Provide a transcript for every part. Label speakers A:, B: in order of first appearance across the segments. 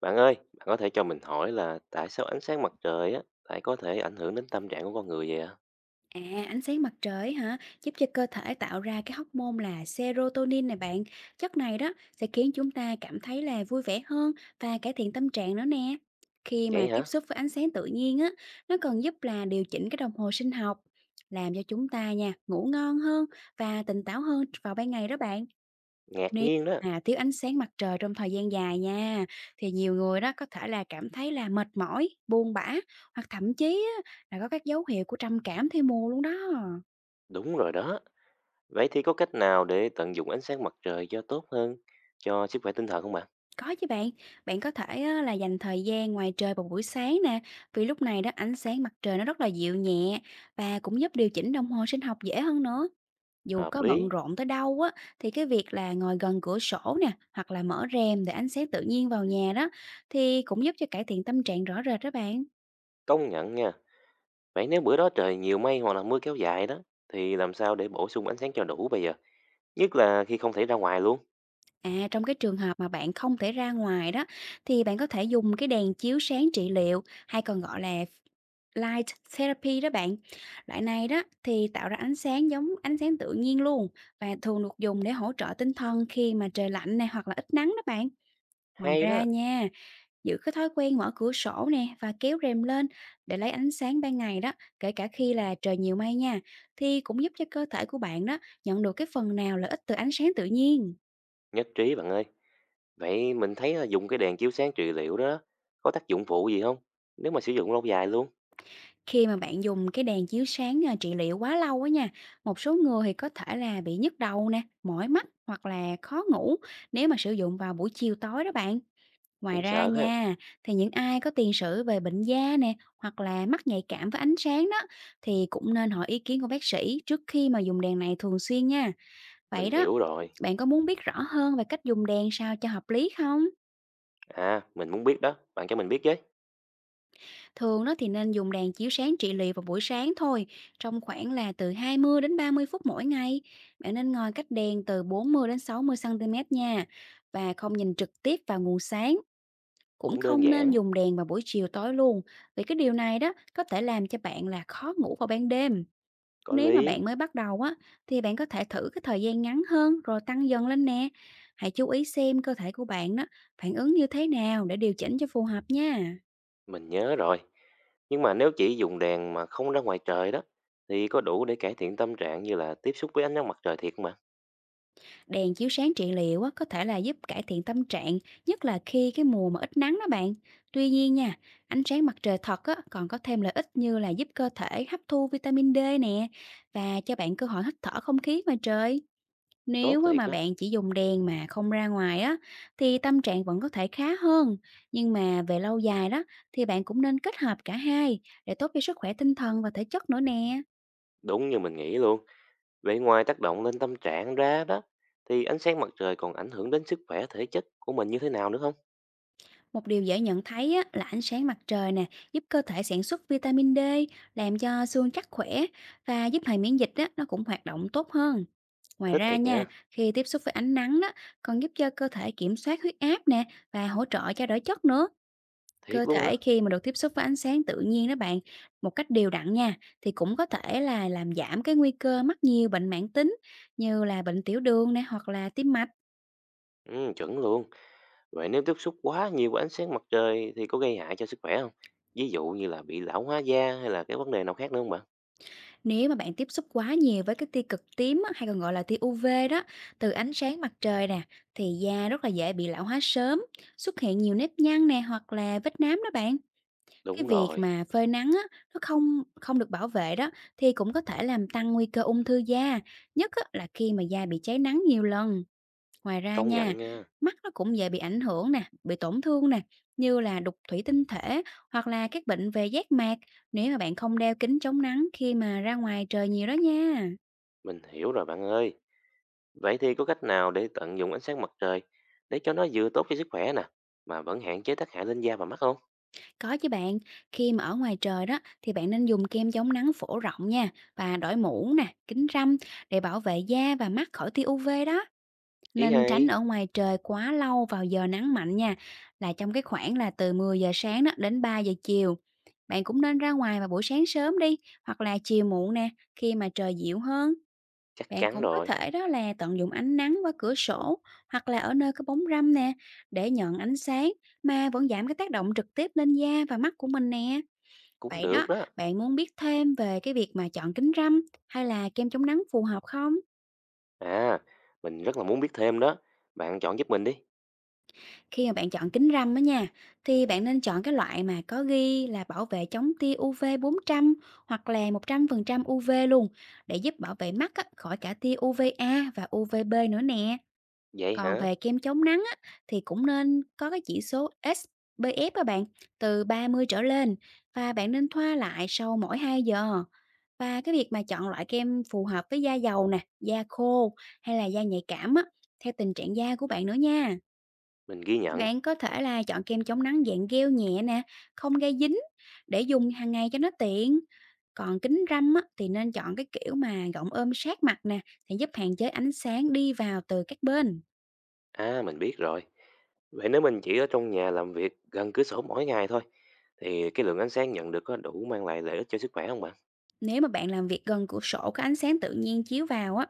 A: Bạn ơi, bạn có thể cho mình hỏi là tại sao ánh sáng mặt trời á lại có thể ảnh hưởng đến tâm trạng của con người vậy ạ?
B: À, ánh sáng mặt trời hả, giúp cho cơ thể tạo ra cái hormone là serotonin này bạn. Chất này đó sẽ khiến chúng ta cảm thấy là vui vẻ hơn và cải thiện tâm trạng nữa nè. Khi mà
A: Vậy
B: tiếp
A: hả?
B: xúc với ánh sáng tự nhiên á, nó còn giúp là điều chỉnh cái đồng hồ sinh học, làm cho chúng ta nha ngủ ngon hơn và tỉnh táo hơn vào ban ngày đó bạn.
A: Ngạc
B: Nếu
A: nhiên đó.
B: mà thiếu ánh sáng mặt trời trong thời gian dài nha, thì nhiều người đó có thể là cảm thấy là mệt mỏi, buồn bã hoặc thậm chí á, là có các dấu hiệu của trầm cảm theo mùa luôn đó.
A: Đúng rồi đó. Vậy thì có cách nào để tận dụng ánh sáng mặt trời cho tốt hơn cho sức khỏe tinh thần không bạn?
B: Có chứ bạn, bạn có thể á, là dành thời gian ngoài trời vào buổi sáng nè, vì lúc này đó ánh sáng mặt trời nó rất là dịu nhẹ và cũng giúp điều chỉnh đồng hồ sinh học dễ hơn nữa. Dù
A: Hợp
B: có bận
A: lý,
B: rộn tới đâu á, thì cái việc là ngồi gần cửa sổ nè, hoặc là mở rèm để ánh sáng tự nhiên vào nhà đó, thì cũng giúp cho cải thiện tâm trạng rõ rệt đó bạn.
A: công nhận nha. Vậy nếu bữa đó trời nhiều mây hoặc là mưa kéo dài đó thì làm sao để bổ sung ánh sáng cho đủ bây giờ? Nhất là khi không thể ra ngoài luôn.
B: À, trong cái trường hợp mà bạn không thể ra ngoài đó, thì bạn có thể dùng cái đèn chiếu sáng trị liệu hay còn gọi là light therapy đó bạn. Loại này đó thì tạo ra ánh sáng giống ánh sáng tự nhiên luôn và thường được dùng để hỗ trợ tinh thần khi mà trời lạnh này hoặc là ít nắng đó bạn. Ngoài
A: Hay
B: ra
A: đó,
B: nha, giữ cái thói quen mở cửa sổ nè và kéo rèm lên để lấy ánh sáng ban ngày đó, kể cả khi là trời nhiều mây nha, thì cũng giúp cho cơ thể của bạn đó nhận được cái phần nào lợi ích từ ánh sáng tự nhiên.
A: nhất trí bạn ơi. Vậy mình thấy là dùng cái đèn chiếu sáng trị liệu đó có tác dụng phụ gì không? Nếu mà sử dụng lâu dài luôn,
B: Khi mà bạn dùng cái đèn chiếu sáng trị liệu quá lâu á nha, một số người thì có thể là bị nhức đầu nè, mỏi mắt hoặc là khó ngủ nếu mà sử dụng vào buổi chiều tối đó bạn. Ngoài
A: cũng
B: ra
A: sợ ha.
B: nha, thì những ai có tiền sử về bệnh da nè hoặc là mắt nhạy cảm với ánh sáng đó thì cũng nên hỏi ý kiến của bác sĩ trước khi mà dùng đèn này thường xuyên nha.
A: Mình
B: Vậy đó,
A: hiểu rồi.
B: bạn có muốn biết rõ hơn về cách dùng đèn sao cho hợp lý không?
A: Mình muốn biết đó, bạn cho mình biết với.
B: Thường đó thì nên dùng đèn chiếu sáng trị liệu vào buổi sáng thôi, trong khoảng là từ 20 đến 30 phút mỗi ngày. Bạn nên ngồi cách đèn từ 40 đến 60 cm nha và không nhìn trực tiếp vào nguồn sáng, cũng
A: Cũng đơn
B: không nên
A: giản,
B: dùng đèn vào buổi chiều tối luôn. Vì cái điều này đó có thể làm cho bạn là khó ngủ vào ban đêm.
A: có
B: Nếu mà
A: lý,
B: bạn mới bắt đầu á thì bạn có thể thử cái thời gian ngắn hơn rồi tăng dần lên nè. Hãy chú ý xem cơ thể của bạn đó phản ứng như thế nào để điều chỉnh cho phù hợp nha.
A: mình nhớ rồi. Nhưng mà nếu chỉ dùng đèn mà không ra ngoài trời đó, thì có đủ để cải thiện tâm trạng như là tiếp xúc với ánh nắng mặt trời thiệt không bạn?
B: Đèn chiếu sáng trị liệu á, có thể là giúp cải thiện tâm trạng, nhất là khi cái mùa mà ít nắng đó bạn. Tuy nhiên nha, ánh sáng mặt trời thật á, còn có thêm lợi ích như là giúp cơ thể hấp thu vitamin D nè và cho bạn cơ hội hít thở không khí ngoài trời.
A: Tốt
B: Nếu á,
A: thiệt
B: mà
A: đó.
B: bạn chỉ dùng đèn mà không ra ngoài á, thì tâm trạng vẫn có thể khá hơn. Nhưng mà về lâu dài đó, thì bạn cũng nên kết hợp cả hai để tốt cho sức khỏe tinh thần và thể chất nữa nè.
A: Đúng như mình nghĩ luôn. Vậy ngoài tác động lên tâm trạng ra đó, thì ánh sáng mặt trời còn ảnh hưởng đến sức khỏe thể chất của mình như thế nào nữa không?
B: Một điều dễ nhận thấy á, là ánh sáng mặt trời nè, giúp cơ thể sản xuất vitamin D, làm cho xương chắc khỏe và giúp hệ miễn dịch á, nó cũng hoạt động tốt hơn. Ngoài
A: Thích
B: ra
A: thiệt
B: nha,
A: nha.
B: khi tiếp xúc với ánh nắng đó, còn giúp cho cơ thể kiểm soát huyết áp nè và hỗ trợ trao đổi chất nữa.
A: Thiệt
B: Cơ
A: luôn hả?
B: thể khi mà được tiếp xúc với ánh sáng tự nhiên đó bạn, một cách đều đặn nha, thì cũng có thể là làm giảm cái nguy cơ mắc nhiều bệnh mãn tính như là bệnh tiểu đường nè hoặc là tim mạch.
A: Ừ, chuẩn luôn. Vậy nếu tiếp xúc quá nhiều với ánh sáng mặt trời thì có gây hại cho sức khỏe không? Ví dụ như là bị lão hóa da hay là cái vấn đề nào khác nữa không bạn?
B: Nếu mà bạn tiếp xúc quá nhiều với cái tia cực tím á, hay còn gọi là tia UV đó, từ ánh sáng mặt trời nè, thì da rất là dễ bị lão hóa sớm, xuất hiện nhiều nếp nhăn nè hoặc là vết nám đó bạn. Cái
A: Đúng
B: việc
A: rồi,
B: mà phơi nắng á, nó không không được bảo vệ đó thì cũng có thể làm tăng nguy cơ ung thư da, nhất á, là khi mà da bị cháy nắng nhiều lần. Ngoài ra
A: công
B: nha,
A: nhận nha.
B: mắt nó cũng dễ bị ảnh hưởng nè, bị tổn thương nè, như là đục thủy tinh thể hoặc là các bệnh về giác mạc nếu mà bạn không đeo kính chống nắng khi mà ra ngoài trời nhiều đó nha.
A: Mình hiểu rồi bạn ơi. Vậy thì có cách nào để tận dụng ánh sáng mặt trời để cho nó vừa tốt cho sức khỏe nè, mà vẫn hạn chế tác hại lên da và mắt không?
B: Có chứ bạn, khi mà ở ngoài trời đó thì bạn nên dùng kem chống nắng phổ rộng nha và đội mũ nè, kính râm để bảo vệ da và mắt khỏi tia UV đó.
A: Ý
B: Nên tránh
A: hay,
B: ở ngoài trời quá lâu vào giờ nắng mạnh nha, là trong cái khoảng là từ 10 giờ sáng đó đến 3 giờ chiều. Bạn cũng nên ra ngoài vào buổi sáng sớm đi, hoặc là chiều muộn nè, khi mà trời dịu hơn.
A: chắc
B: Bạn
A: chắn
B: cũng có
A: rồi,
B: thể đó là tận dụng ánh nắng qua cửa sổ hoặc là ở nơi có bóng râm nè, để nhận ánh sáng mà vẫn giảm cái tác động trực tiếp lên da và mắt của mình nè.
A: cũng
B: Vậy
A: được
B: đó,
A: đó.
B: bạn muốn biết thêm về cái việc mà chọn kính râm hay là kem chống nắng phù hợp không?
A: À, mình rất là muốn biết thêm đó. Bạn chọn giúp mình đi.
B: Khi mà bạn chọn kính râm á nha, thì bạn nên chọn cái loại mà có ghi là bảo vệ chống tia UV 400 hoặc là 100% UV luôn để giúp bảo vệ mắt á, khỏi cả tia u vê a và UVB nữa nè.
A: Vậy
B: Còn
A: hả?
B: về kem chống nắng á, thì cũng nên có cái chỉ số SPF các bạn từ 30 trở lên và bạn nên thoa lại sau mỗi 2 giờ. Và cái việc mà chọn loại kem phù hợp với da dầu nè, da khô hay là da nhạy cảm á, theo tình trạng da của bạn nữa nha.
A: Mình ghi nhận.
B: Bạn có thể là chọn kem chống nắng dạng gel nhẹ nè, không gây dính để dùng hàng ngày cho nó tiện. Còn kính râm á, thì nên chọn cái kiểu mà gọng ôm sát mặt nè, sẽ giúp hạn chế ánh sáng đi vào từ các bên.
A: Mình biết rồi. Vậy nếu mình chỉ ở trong nhà làm việc gần cửa sổ mỗi ngày thôi, thì cái lượng ánh sáng nhận được có đủ mang lại lợi ích cho sức khỏe không bạn?
B: Nếu mà bạn làm việc gần cửa sổ có ánh sáng tự nhiên chiếu vào á,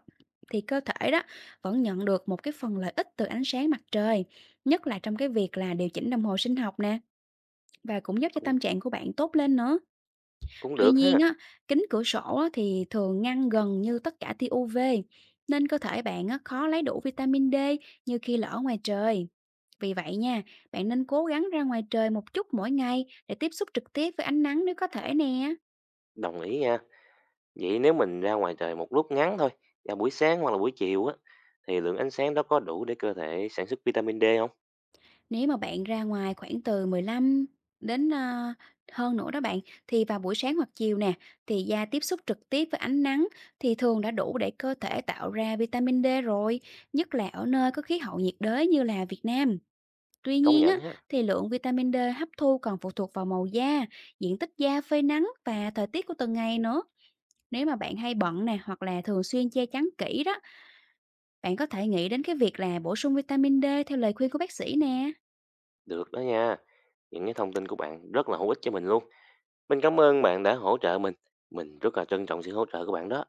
B: thì cơ thể đó vẫn nhận được một cái phần lợi ích từ ánh sáng mặt trời, nhất là trong cái việc là điều chỉnh đồng hồ sinh học nè và cũng giúp cho
A: Cũng
B: tâm trạng của bạn tốt lên nữa.
A: cũng
B: Tuy
A: được
B: nhiên
A: ha,
B: á, kính cửa sổ á thì thường ngăn gần như tất cả tia UV, nên cơ thể bạn á khó lấy đủ vitamin D như khi là ở ngoài trời. Vì vậy nha, bạn nên cố gắng ra ngoài trời một chút mỗi ngày để tiếp xúc trực tiếp với ánh nắng nếu có thể nè.
A: đồng ý nha. Vậy nếu mình ra ngoài trời một lúc ngắn thôi, vào buổi sáng hoặc là buổi chiều á, thì lượng ánh sáng đó có đủ để cơ thể sản xuất vitamin D không?
B: Nếu mà bạn ra ngoài khoảng từ 15 đến hơn nữa đó bạn, thì vào buổi sáng hoặc chiều nè, thì da tiếp xúc trực tiếp với ánh nắng thì thường đã đủ để cơ thể tạo ra vitamin D rồi, nhất là ở nơi có khí hậu nhiệt đới như là Việt Nam. Tuy
A: Công
B: nhiên á,
A: nhận ha,
B: thì lượng vitamin D hấp thu còn phụ thuộc vào màu da, diện tích da phơi nắng và thời tiết của từng ngày nữa. Nếu mà bạn hay bận nè hoặc là thường xuyên che chắn kỹ đó, bạn có thể nghĩ đến cái việc là bổ sung vitamin D theo lời khuyên của bác sĩ nè.
A: được đó nha. Những cái thông tin của bạn rất là hữu ích cho mình luôn. Mình cảm ơn bạn đã hỗ trợ mình. Mình rất là trân trọng sự hỗ trợ của bạn đó.